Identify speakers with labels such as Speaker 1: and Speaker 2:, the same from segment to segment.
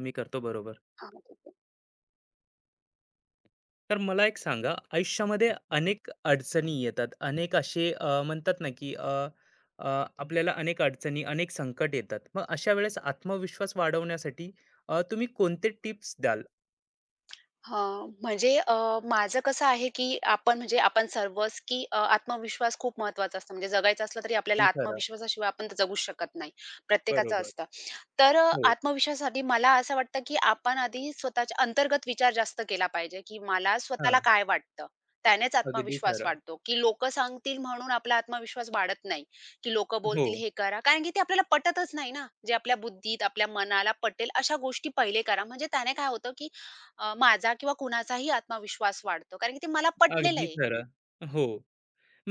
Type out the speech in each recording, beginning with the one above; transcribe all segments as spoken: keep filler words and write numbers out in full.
Speaker 1: मी करतो बरोबर.
Speaker 2: हां, ठीक आहे.
Speaker 1: तर मला एक सांगा, आयुष्यामध्ये अनेक अडचणी येतात. अनेक असे अ, म्हणतात ना, की अ, अ, आपल्याला अनेक अडचणी, अनेक संकट येतात. मग अशा वेळेस आत्मविश्वास वाढवण्यासाठी अ, तुम्ही कोणते टिप्स द्याल?
Speaker 2: हां, म्हणजे अ, माझं कसं आहे, की आपण म्हणजे आपण सर्वच, की अ, आत्मविश्वास खूप महत्त्वाचा असतो. म्हणजे जगायचं असलं तरी आपल्याला
Speaker 1: अगदी खरं.
Speaker 2: आत्मविश्वासाशिवाय आपण तर जगूच शकत नाही. प्रत्येकाचं
Speaker 1: बरोबर.
Speaker 2: असतं. तर अ,
Speaker 1: हो.
Speaker 2: आत्मविश्वासासाठी मला असं वाटतं, की आपण आधी स्वतःच्या अंतर्गत विचार जास्त केला पाहिजे, की मला स्वतःला
Speaker 1: हां.
Speaker 2: काय वाटतं? त्यानेच
Speaker 1: अगदी
Speaker 2: आत्मविश्वास
Speaker 1: खरं.
Speaker 2: वाढतो, की लोकं सांगतील म्हणून आपला आत्मविश्वास वाढत नाही, की लोकं
Speaker 1: हो.
Speaker 2: बोलतील हे करा. कारण की ते आपल्याला पटतच नाही ना. जे आपल्या बुद्धीत, आपल्या मनाला पटेल अशा गोष्टी पहिले करा. म्हणजे त्याने काय होतं, की अ, माझा किंवा कुणाचाही आत्मविश्वास वाढतो. कारण की ते मला पटलेलं
Speaker 1: अगदी
Speaker 2: आहे.
Speaker 1: खरं. हो.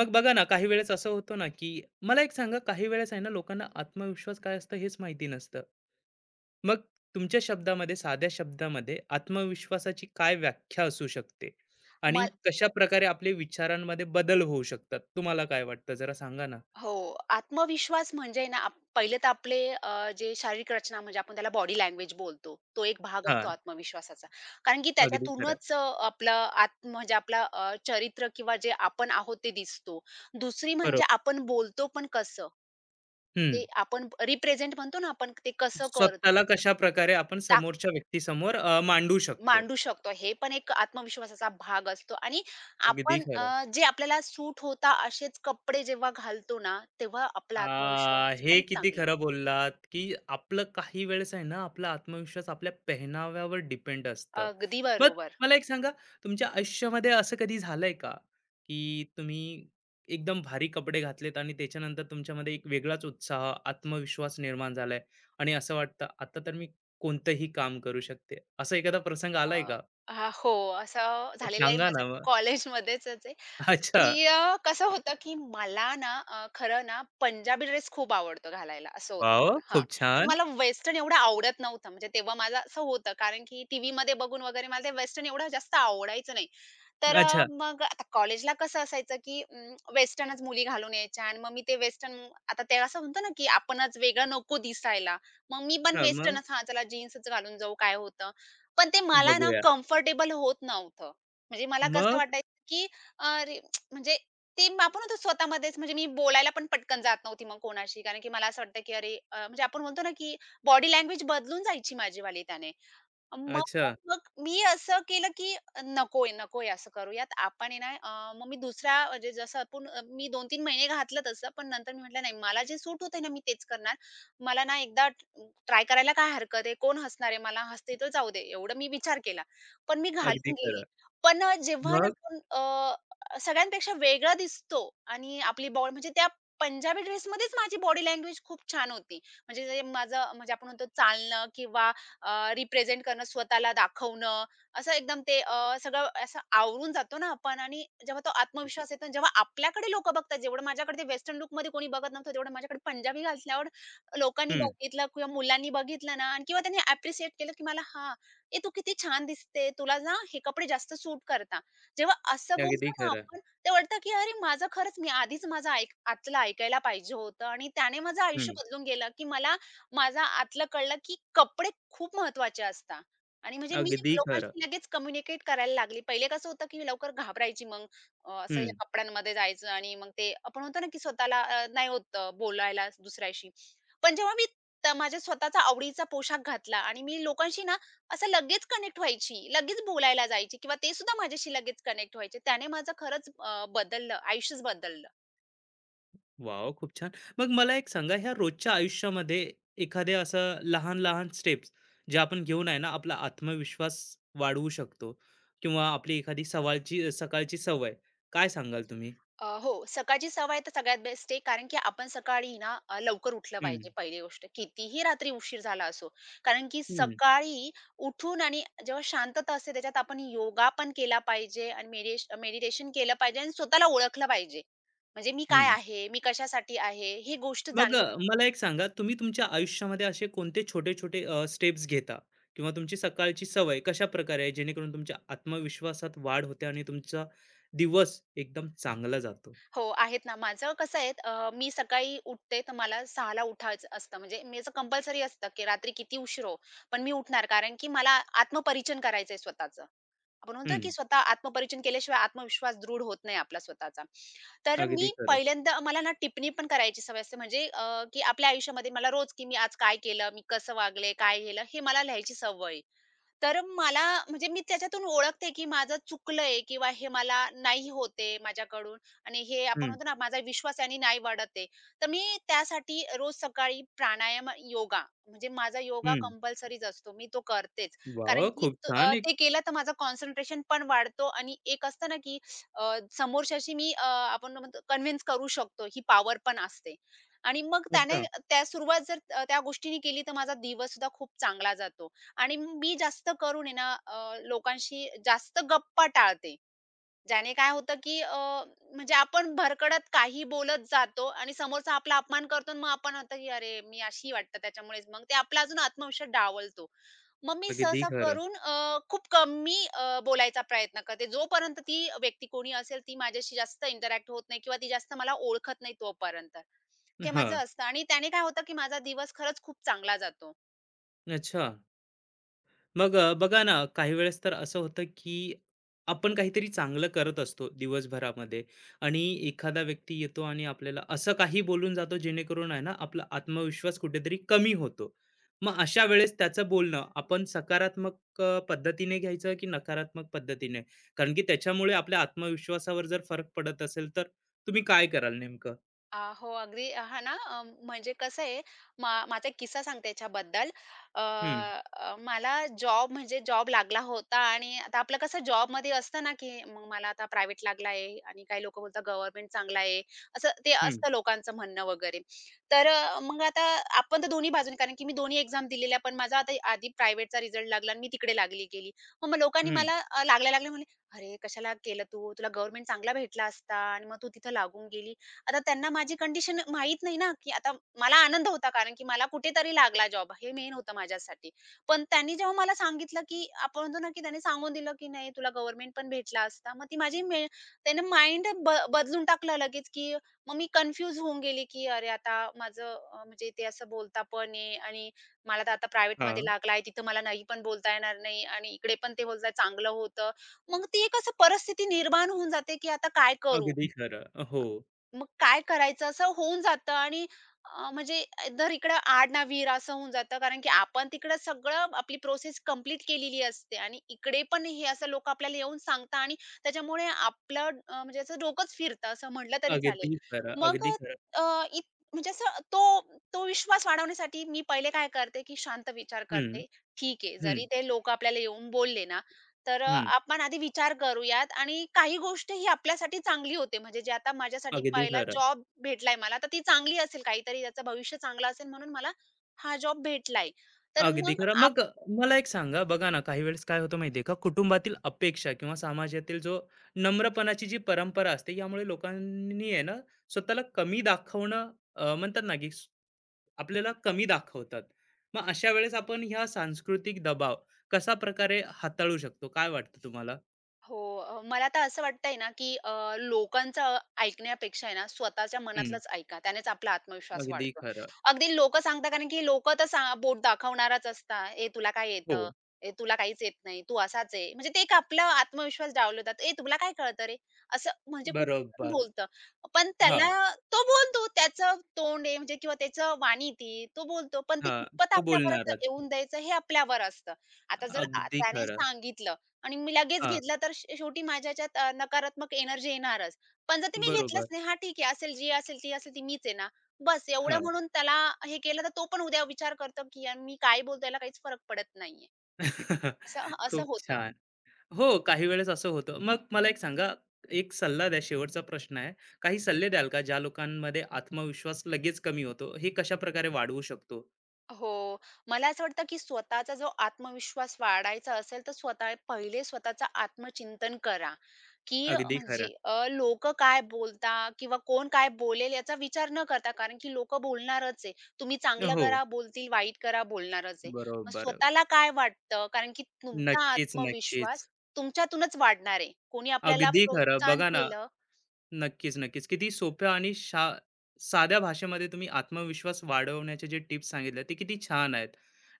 Speaker 1: मग बघा ना, काही वेळेस असं होतं ना, की मला एक सांगा, काही वेळेस आहे ना, लोकांना आत्मविश्वास काय असतं हेच माहिती नसतं. मग तुमच्या शब्दामध्ये, साध्या शब्दामध्ये आत्मविश्वासाची काय व्याख्या असू शकते? आणि
Speaker 2: म
Speaker 1: कशाप्रकारे आपले विचारांमध्ये बदल होऊ शकतात? तुम्हाला काय वाटतं जरा सांगा ना?
Speaker 2: हो, आत्मविश्वास म्हणजे ना, आप पहिले तर आपले अ, जे शारीरिक रचना म्हणजे आपण त्याला बॉडी लँग्वेज बोलतो. तो एक भाग असतो
Speaker 1: हां,
Speaker 2: आत्मविश्वासाचा. कारण की
Speaker 1: अगदी खरं
Speaker 2: त्याच्यातूनच अ, आपलं आत्म म्हणजे आपला अ, चरित्र किंवा जे आपण आहोत ते दिसतो. दुसरी म्हणजे
Speaker 1: बरोबर.
Speaker 2: आपण बोलतो पण कसं?
Speaker 1: हं.
Speaker 2: ते आपण रिप्रेझेंट म्हणतो ना आपण ते कसं
Speaker 1: स्वतःला
Speaker 2: करतो?
Speaker 1: कशाप्रकारे आपण समोरच्या व्यक्तीसमोर अ, मांडू शकतो?
Speaker 2: मांडू शकतो. हे पण एक आत्मविश्वासाचा भाग असतो आणि
Speaker 1: अगदी
Speaker 2: आपण
Speaker 1: खरं.
Speaker 2: अ, जे आपल्याला सूट होता असेच कपडे जेव्हा घालतो ना, तेव्हा आपला
Speaker 1: आ,
Speaker 2: आत्मविश्वास
Speaker 1: हे
Speaker 2: पण
Speaker 1: किती
Speaker 2: चांगला
Speaker 1: खरं बोललात, की आपलं काही वेळेस आहे ना, आपला आत्मविश्वास आपल्या पेहनाव्यावर डिपेंड असतं.
Speaker 2: अगदी
Speaker 1: मग
Speaker 2: बरोबर.
Speaker 1: मला एक सांगा, तुमच्या आयुष्यामध्ये असं कधी झालंय का, की तुम्ही एकदम भारी कपडे घातलेत आणि त्याच्यानंतर तुमच्यामध्ये एक वेगळाच उत्साह, आत्मविश्वास निर्माण झालाय आणि असं वाटतं, आता तर मी कोणतंही काम करू शकते. असा एखादा प्रसंग आलाय
Speaker 2: मग
Speaker 1: का?
Speaker 2: हां, हो, असं झालेलं आहे
Speaker 1: सांगा
Speaker 2: माझं
Speaker 1: ना मग?
Speaker 2: कॉलेजमध्येच आहे,
Speaker 1: अच्छा.
Speaker 2: की अ, कसं होतं, की मला ना अ, खरं ना पंजाबी ड्रेस खूप आवडतो घालायला असं होतं
Speaker 1: वॉव!
Speaker 2: मला. हां.
Speaker 1: खूप
Speaker 2: आणि
Speaker 1: छान.
Speaker 2: मला वेस्टर्न एवढं आवडत नव्हतं. म्हणजे तेव्हा माझं असं होतं कारण की टीव्हीमध्ये बघून वगैरे मला ते वेस्टर्न एवढं जास्त आवडायचं नाही. तर अ,
Speaker 1: अच्छा.
Speaker 2: मग आता कॉलेजला कसं असायचं, की अं, वेस्टर्नच मुली घालून यायच्या आणि मग मी ते वेस्टर्न आता ते असं म्हणतो ना, की आपणच वेगळं नको दिसायला. मग मी पण
Speaker 1: हां, मग
Speaker 2: वेस्टर्नच हां, चला जीन्सच घालून जाऊ काय होतं. पण ते मला ना
Speaker 1: बघूया.
Speaker 2: कम्फर्टेबल होत नव्हतं. म्हणजे मला कसं
Speaker 1: मग?
Speaker 2: वाटायचं, की अरे म्हणजे ते म- आपण म्हणतो स्वतःमध्येच म्हणजे मी बोलायला पण पटकन जात नव्हती मग कोणाशी. कारण की मला असं वाटतं, की अरे अ, म्हणजे आपण म्हणतो ना, की बॉडी लँग्वेज बदलून जायची माझीवाली त्याने. मग
Speaker 1: अच्छा.
Speaker 2: मग मी असं केलं, की नकोय, नकोय असं करूयात. आपण आहे ना, अ, मग मी दुसरा म्हणजे जसं आपण अं, मी दोन तीन महिने घातलं तसं. पण नंतर मी म्हटलं, "नाही, मला जे सूट होतंय ना, मी तेच करणार. मला ना एकदा ट्राय करायला काय हरकत आहे? कोण हसणार आहे? मला हसते तर जाऊ दे." एवढं मी विचार केला. पण मी
Speaker 1: अगदी
Speaker 2: घालून
Speaker 1: खरं.
Speaker 2: गेली. पण अ, जेव्हा ना
Speaker 1: मग?
Speaker 2: आपण अ, सगळ्यांपेक्षा वेगळा दिसतो आणि आपली बॉडी म्हणजे त्या पंजाबी ड्रेसमध्येच माझी बॉडी लँग्वेज खूप छान होती. म्हणजे जे माझं म्हणजे आपण म्हणतो चालणं किंवा अ, रिप्रेझेंट करणं, स्वतःला दाखवणं, असं एकदम ते अ, सगळं असं आवरून जातो ना आपण आणि जेव्हा तो आत्मविश्वास येतो आणि जेव्हा आपल्याकडे लोकं बघतात, जेवढं माझ्याकडे ते वेस्टर्न लूकमध्ये कोणी बघत नव्हतं, तेवढं माझ्याकडे पंजाबी घातल्यावर लोकांनी
Speaker 1: हं.
Speaker 2: बघितलं किंवा मुलांनी बघितलं ना आणि किंवा त्यांनी ॲप्रिशिएट केलं, की मला "हां, ए तू किती छान दिसते. तुला ना हे कपडे जास्त सूट करता." जेव्हा असं
Speaker 1: अगदी
Speaker 2: बोलतो ना
Speaker 1: खरं.
Speaker 2: आपण, ते वाटतं, की अरे माझं खरंच मी आधीच माझं ऐक आतलं ऐकायला पाहिजे होतं आणि त्याने माझं आयुष्य
Speaker 1: हं.
Speaker 2: बदलून गेलं, की मला माझा आतलं कळलं, की कपडे खूप महत्त्वाचे असतात आणि म्हणजे मी
Speaker 1: अगदी खरं.
Speaker 2: लोकांशी लगेच कम्युनिकेट करायला लागली. पहिले कसं होतं, की मी लवकर घाबरायची मग अ, असं या
Speaker 1: हं.
Speaker 2: कपड्यांमध्ये जायचं आणि मग ते आपण म्हणतो ना, की स्वतःला अ, नाही होत अ, बोलायला दुसऱ्याशी. पण जेव्हा मी त माझ्या स्वतःचा आवडीचा पोशाख घातला आणि मी लोकांशी ना, असं लगेच कनेक्ट व्हायची, लगेच बोलायला जायची किंवा ते सुद्धा माझ्याशी लगेच कनेक्ट व्हायचे. त्याने माझं खरंच अ, बदललं, आयुष्यच बदललं.
Speaker 1: वॉव! खूप छान. मग मला एक सांगा, ह्या रोजच्या आयुष्यामध्ये एखाद्या असं लहान-लहान स्टेप्स ज्या आपण घेऊन आहे ना, आपला आत्मविश्वास वाढवू शकतो किंवा आपली एखादी सवालची सकाळची सवय, काय सांगाल तुम्ही?
Speaker 2: अ, हो, सकाळची सवय तर सगळ्यात बेस्ट आहे. कारण की आपण सकाळी ना अ, लवकर उठलं
Speaker 1: हं.
Speaker 2: पाहिजे पहिली गोष्ट. कितीही रात्री उशीर झाला असो. कारण की
Speaker 1: हं.
Speaker 2: सकाळी उठून आणि जेव्हा शांतता असते त्याच्यात आपण योगा पण केला पाहिजे आणि मेडिटेशन केलं पाहिजे आणि स्वतःला ओळखलं पाहिजे. म्हणजे मी काय आहे? मी कशासाठी आहे? ही गोष्ट
Speaker 1: मग अ,
Speaker 2: जाणली
Speaker 1: मला एक सांगा, तुम्ही तुमच्या आयुष्यामध्ये असे कोणते छोटे-छोटे स्टेप्स घेता किंवा तुमची सकाळची सवय कशाप्रकारे आहे, जेणेकरून तुमच्या आत्मविश्वासात वाढ होते आणि तुमचा दिवस एकदम चांगला जातो?
Speaker 2: हो, आहेत ना. माझं कसं आहे अ, मी सकाळी उठते तर मला 6:00ला उठायचं असतं. म्हणजे मी असं कंपल्सरी असतं, की रात्री किती उशीर हो, पण मी उठणार. कारण की मला आत्मपरिचन करायचंय स्वतःचं. आपण म्हणतो ना,
Speaker 1: हं,
Speaker 2: की स्वतः आत्मपरिचन केल्याशिवाय आत्मविश्वास दृढ होत नाही आपला स्वतःचा. तर
Speaker 1: अगदी
Speaker 2: मी
Speaker 1: खरं.
Speaker 2: पहिल्यांदा मला ना टिप्पणी पण करायची सवय असते. म्हणजे अ, की आपल्या आयुष्यामध्ये मला रोज, की मी आज काय केलं, मी कसं वागले, काय केलं, हे मला लिहायची सवय आहे. तर मला म्हणजे मी त्याच्यातून ओळखते, की माझं चुकलंय किंवा हे मला नाही होत आहे माझ्याकडून आणि हे आपण
Speaker 1: हं,
Speaker 2: म्हणतो ना, माझा विश्वास याने नाही वाढत आहे. तर मी त्यासाठी रोज सकाळी प्राणायाम, योगा म्हणजे माझा योगा
Speaker 1: हं.
Speaker 2: कंपल्सरीच असतो. मी तो करतेच.
Speaker 1: वाह!
Speaker 2: कारण की
Speaker 1: खूप
Speaker 2: त
Speaker 1: छान
Speaker 2: अ,
Speaker 1: एक
Speaker 2: ते केलं तर माझं कॉन्सन्ट्रेशन पण वाढतो आणि एक असतं ना, की अ, समोरच्याशी मी अ, आपण कन्व्हिन्स करू शकतो. ही पॉवर पण असते आणि मग त्याने
Speaker 1: अच्छा,
Speaker 2: त्या सुरुवात जर अ, त्या गोष्टीने केली, तर माझा दिवससुद्धा खूप चांगला जातो. आणि मी जास्त करून आहे ना अ, लोकांशी जास्त गप्पा टाळते. ज्याने काय होतं, की अ, म्हणजे आपण भरकटत काही बोलत जातो आणि समोरचा आपला अपमान करतो आणि मग आपण होतं, की "अरे, मी अशी वाटतं त्याच्यामुळेच." मग ते आपला अजून आत्मविश्वास डावलतो. मग मी
Speaker 1: अगदी
Speaker 2: सहसा
Speaker 1: खरं.
Speaker 2: करून अ, खूप कमी अ, बोलायचा प्रयत्न करते. जोपर्यंत ती व्यक्ती कोणी असेल, ती माझ्याशी जास्त इंटरॅक्ट होत नाही किंवा ती जास्त मला ओळखत नाही तोपर्यंत. हे माझं
Speaker 1: हां,
Speaker 2: असतं आणि त्याने काय होतं, की माझा दिवस खरंच खूप चांगला जातो.
Speaker 1: अच्छा. मग अ, बघा ना, काही वेळेस तर असं होतं, की आपण काहीतरी चांगलं करत असतो दिवसभरामध्ये आणि एखादा व्यक्ती येतो आणि आपल्याला असं काही बोलून जातो, जेणेकरून आहे ना, आपला आत्मविश्वास कुठेतरी कमी होतो. मग अशा वेळेस त्याचं बोलणं आपण सकारात्मक अ, पद्धतीने घ्यायचं, की नकारात्मक पद्धतीने? कारण की त्याच्यामुळे आपल्या आत्मविश्वासावर जर फरक पडत असेल, तर तुम्ही काय कराल नेमकं?
Speaker 2: अ, हो, अगदी हां ना, अ, म्हणजे कसं आहे, मा माझा एक किस्सा सांगते याच्याबद्दल. अ,
Speaker 1: हं,
Speaker 2: अ, मला जॉब म्हणजे जॉब लागला होता आणि आता आपलं कसं जॉबमध्ये असतं ना, की मग मला आता प्रायव्हेट लागला आहे आणि काही लोकं बोलतात गव्हर्नमेंट चांगला आहे. असं ते
Speaker 1: हं,
Speaker 2: असतं लोकांचं म्हणणं वगैरे. तर अ, मग आता आपण तर दोन्ही बाजूने कारण की मी दोन्ही एक्झाम दिलेल्या, पण माझा आता आधी प्रायव्हेटचा रिझल्ट लागला आणि मी तिकडे लागली गेली. मग मग लोकांनी
Speaker 1: हं.
Speaker 2: मला अ, लागल्या-लागल्या म्हणले, "अरे, कशाला केलं तू? तुला गव्हर्नमेंट चांगला भेटला असता आणि मग तू तिथं लागून गेली." आता त्यांना माझी कंडिशन माहीत नाही ना, की आता मला आनंद होता कारण की मला कुठेतरी लागला जॉब हे मेन होतं माझ्यासाठी. पण त्यांनी जेव्हा मला सांगितलं, की आपण म्हणतो ना, की त्याने सांगून दिलं, की "नाही तुला गव्हर्नमेंट पण भेटला असता." मग ती माझी मे त्याने माइंड ब बदलून टाकलं लगेच, की मग मी कन्फ्यूज होऊन गेली, की अरे आता माझं अ, म्हणजे ते असं बोलता पण आहे आणि मला तर आता प्रायव्हेटमध्ये
Speaker 1: हां,
Speaker 2: लागला आहे, तिथं मला नाही पण बोलता येणार नाही आणि इकडे पण ते बोलतात चांगलं होतं. मग ती एक असं परिस्थिती निर्माण होऊन जाते, की आता काय करू?
Speaker 1: अगदी खरं. हो,
Speaker 2: मग काय करायचं असं होऊन जातं आणि अ, म्हणजे दर इकडं आड ना विहीर असं होऊन जातं. कारण की आपण तिकडं सगळं आपली प्रोसेस कंप्लीट केलेली असते आणि इकडे पण हे असं लोकं आपल्याला येऊन सांगतात आणि त्याच्यामुळे आपलं अ, म्हणजे असं डोकंच फिरतं असं म्हटलं तरी चालेल.
Speaker 1: अगदी खरं,
Speaker 2: मग
Speaker 1: अगदी खरं.
Speaker 2: अ, इत म्हणजे असं तो तो विश्वास वाढवण्यासाठी मी पहिले काय करते, की शांत विचार
Speaker 1: हं,
Speaker 2: करते. ठीक आहे,
Speaker 1: हं,
Speaker 2: जरी ते लोकं आपल्याला येऊन बोलले ना तर अ,
Speaker 1: हं.
Speaker 2: आपण आधी विचार करूयात आणि काही गोष्ट ही आपल्यासाठी चांगली होते. म्हणजे जे आता माझ्यासाठी
Speaker 1: अगदी
Speaker 2: पहिला
Speaker 1: खरं.
Speaker 2: जॉब भेटलाय मला, तर ती चांगली असेल काहीतरी, त्याचं भविष्य चांगलं असेल म्हणून मला हा जॉब भेटलाय. तर
Speaker 1: अगदी
Speaker 2: मग
Speaker 1: खरं. मग मला एक सांगा बघा ना, काही वेळेस काय होतं माहिती आहे का, कुटुंबातील अपेक्षा किंवा समाजातील जो नम्रपणाची जी परंपरा असते, यामुळे लोकांनी आहे ना, स्वतःला कमी दाखवणं अ, म्हणतात ना, की स आपल्याला कमी दाखवतात. मग अशा वेळेस आपण ह्या सांस्कृतिक दबाव कशा प्रकारे हाताळू शकतो? काय वाटतं तुम्हाला?
Speaker 2: हो. अ, मला तर असं वाटतंय ना, की अ, लोकांचं ऐकण्यापेक्षा आहे ना, स्वतःच्या
Speaker 1: हं,
Speaker 2: मनातलंच ऐका. त्यानेच आपला आत्मविश्वास
Speaker 1: अगदी
Speaker 2: वाढतो.
Speaker 1: खरं.
Speaker 2: अगदी लोकं सांगतात कारण की लोकं तर सा बोट दाखवणारच असतात. "ए, तुला काय येतं?
Speaker 1: हो,
Speaker 2: ए, तुला काहीच येत नाही. तू असाच आहे." म्हणजे ते एक आपला आत्मविश्वास डावलवतात. "ए, तुला काय कळतं रे?" असं म्हणजे कोण पण
Speaker 1: बरोबर.
Speaker 2: बोलतं. पण त्याला
Speaker 1: हां,
Speaker 2: तो बोलतो. त्याचं तोंड आहे म्हणजे किंवा त्याचं वाणी ती. तो बोलतो. पण ते
Speaker 1: हां.
Speaker 2: कितपत
Speaker 1: तो
Speaker 2: आपल्यापर्यंत
Speaker 1: बोलणारच.
Speaker 2: येऊन द्यायचं हे आपल्यावर असतं. आता जर आ
Speaker 1: अगदी
Speaker 2: त्याने
Speaker 1: खरं.
Speaker 2: सांगितलं आणि मी लगेच
Speaker 1: हां,
Speaker 2: घेतला तर श शेवटी माझ्या ह्याच्यात अ, नकारात्मक एनर्जी येणारच. पण जर ते मी घेतलंच
Speaker 1: बरोबर.
Speaker 2: नाही, हां, ठीक आहे असेल जी असेल, ती असेल ती मीच आहे ना. बस एवढं म्हणून त्याला हे केलं तर तो पण उद्या विचार करतो, की "यार मी काय बोलतो याला काहीच फरक पडत नाहीये." असं असं
Speaker 1: खूप
Speaker 2: होतं.
Speaker 1: छान. हो, काही वेळेस असं होतं. मग मला एक सांगा, एक सल्ला द्या, शेवटचा प्रश्न आहे. काही सल्ले द्याल का, ज्या लोकांमध्ये आत्मविश्वास लगेच कमी होतो, हे कशा प्रकारे वाढवू शकतो?
Speaker 2: हो. मला असं वाटतं, की स्वतःचा जो आत्मविश्वास वाढायचा असेल, तर स्वतः पहिले स्वतःचं आत्मचिंतन करा, की
Speaker 1: अगदी
Speaker 2: म्हणजे
Speaker 1: खरं.
Speaker 2: अ, काय बोलतात किंवा कोण काय बोलेल याचा विचार न करता. कारण की लोकं बोलणारच आहे. तुम्ही चांगलं
Speaker 1: हो,
Speaker 2: करा बोलतील, वाईट करा बोलणारच आहे. मग
Speaker 1: बरोबर.
Speaker 2: स्वतःला काय वाटतं? कारण की तुमचा
Speaker 1: नक्कीच, नक्कीच.
Speaker 2: आत्मविश्वास तुमच्यातूनच वाढणार आहे. कोणी आपल्याला
Speaker 1: अगदी खरं.
Speaker 2: प्रोत्साहन
Speaker 1: बघा ना
Speaker 2: केलं.
Speaker 1: नक्कीच, नक्कीच. किती सोप्या आणि शा साध्या भाषेमध्ये तुम्ही आत्मविश्वास वाढवण्याचे जे टिप्स सांगितल्या, ते किती छान आहेत.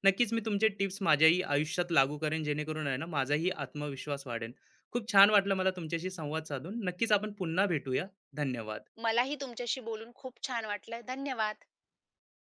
Speaker 1: नक्कीच मी तुमचे टिप्स माझ्याही आयुष्यात लागू करेन, जेणेकरून आहे ना, माझाही आत्मविश्वास वाढेल. खूप छान वाटलं मला तुमच्याशी संवाद साधून. नक्कीच आपण पुन्हा भेटूया. धन्यवाद.
Speaker 2: मलाही तुमच्याशी बोलून खूप छान वाटलं. धन्यवाद.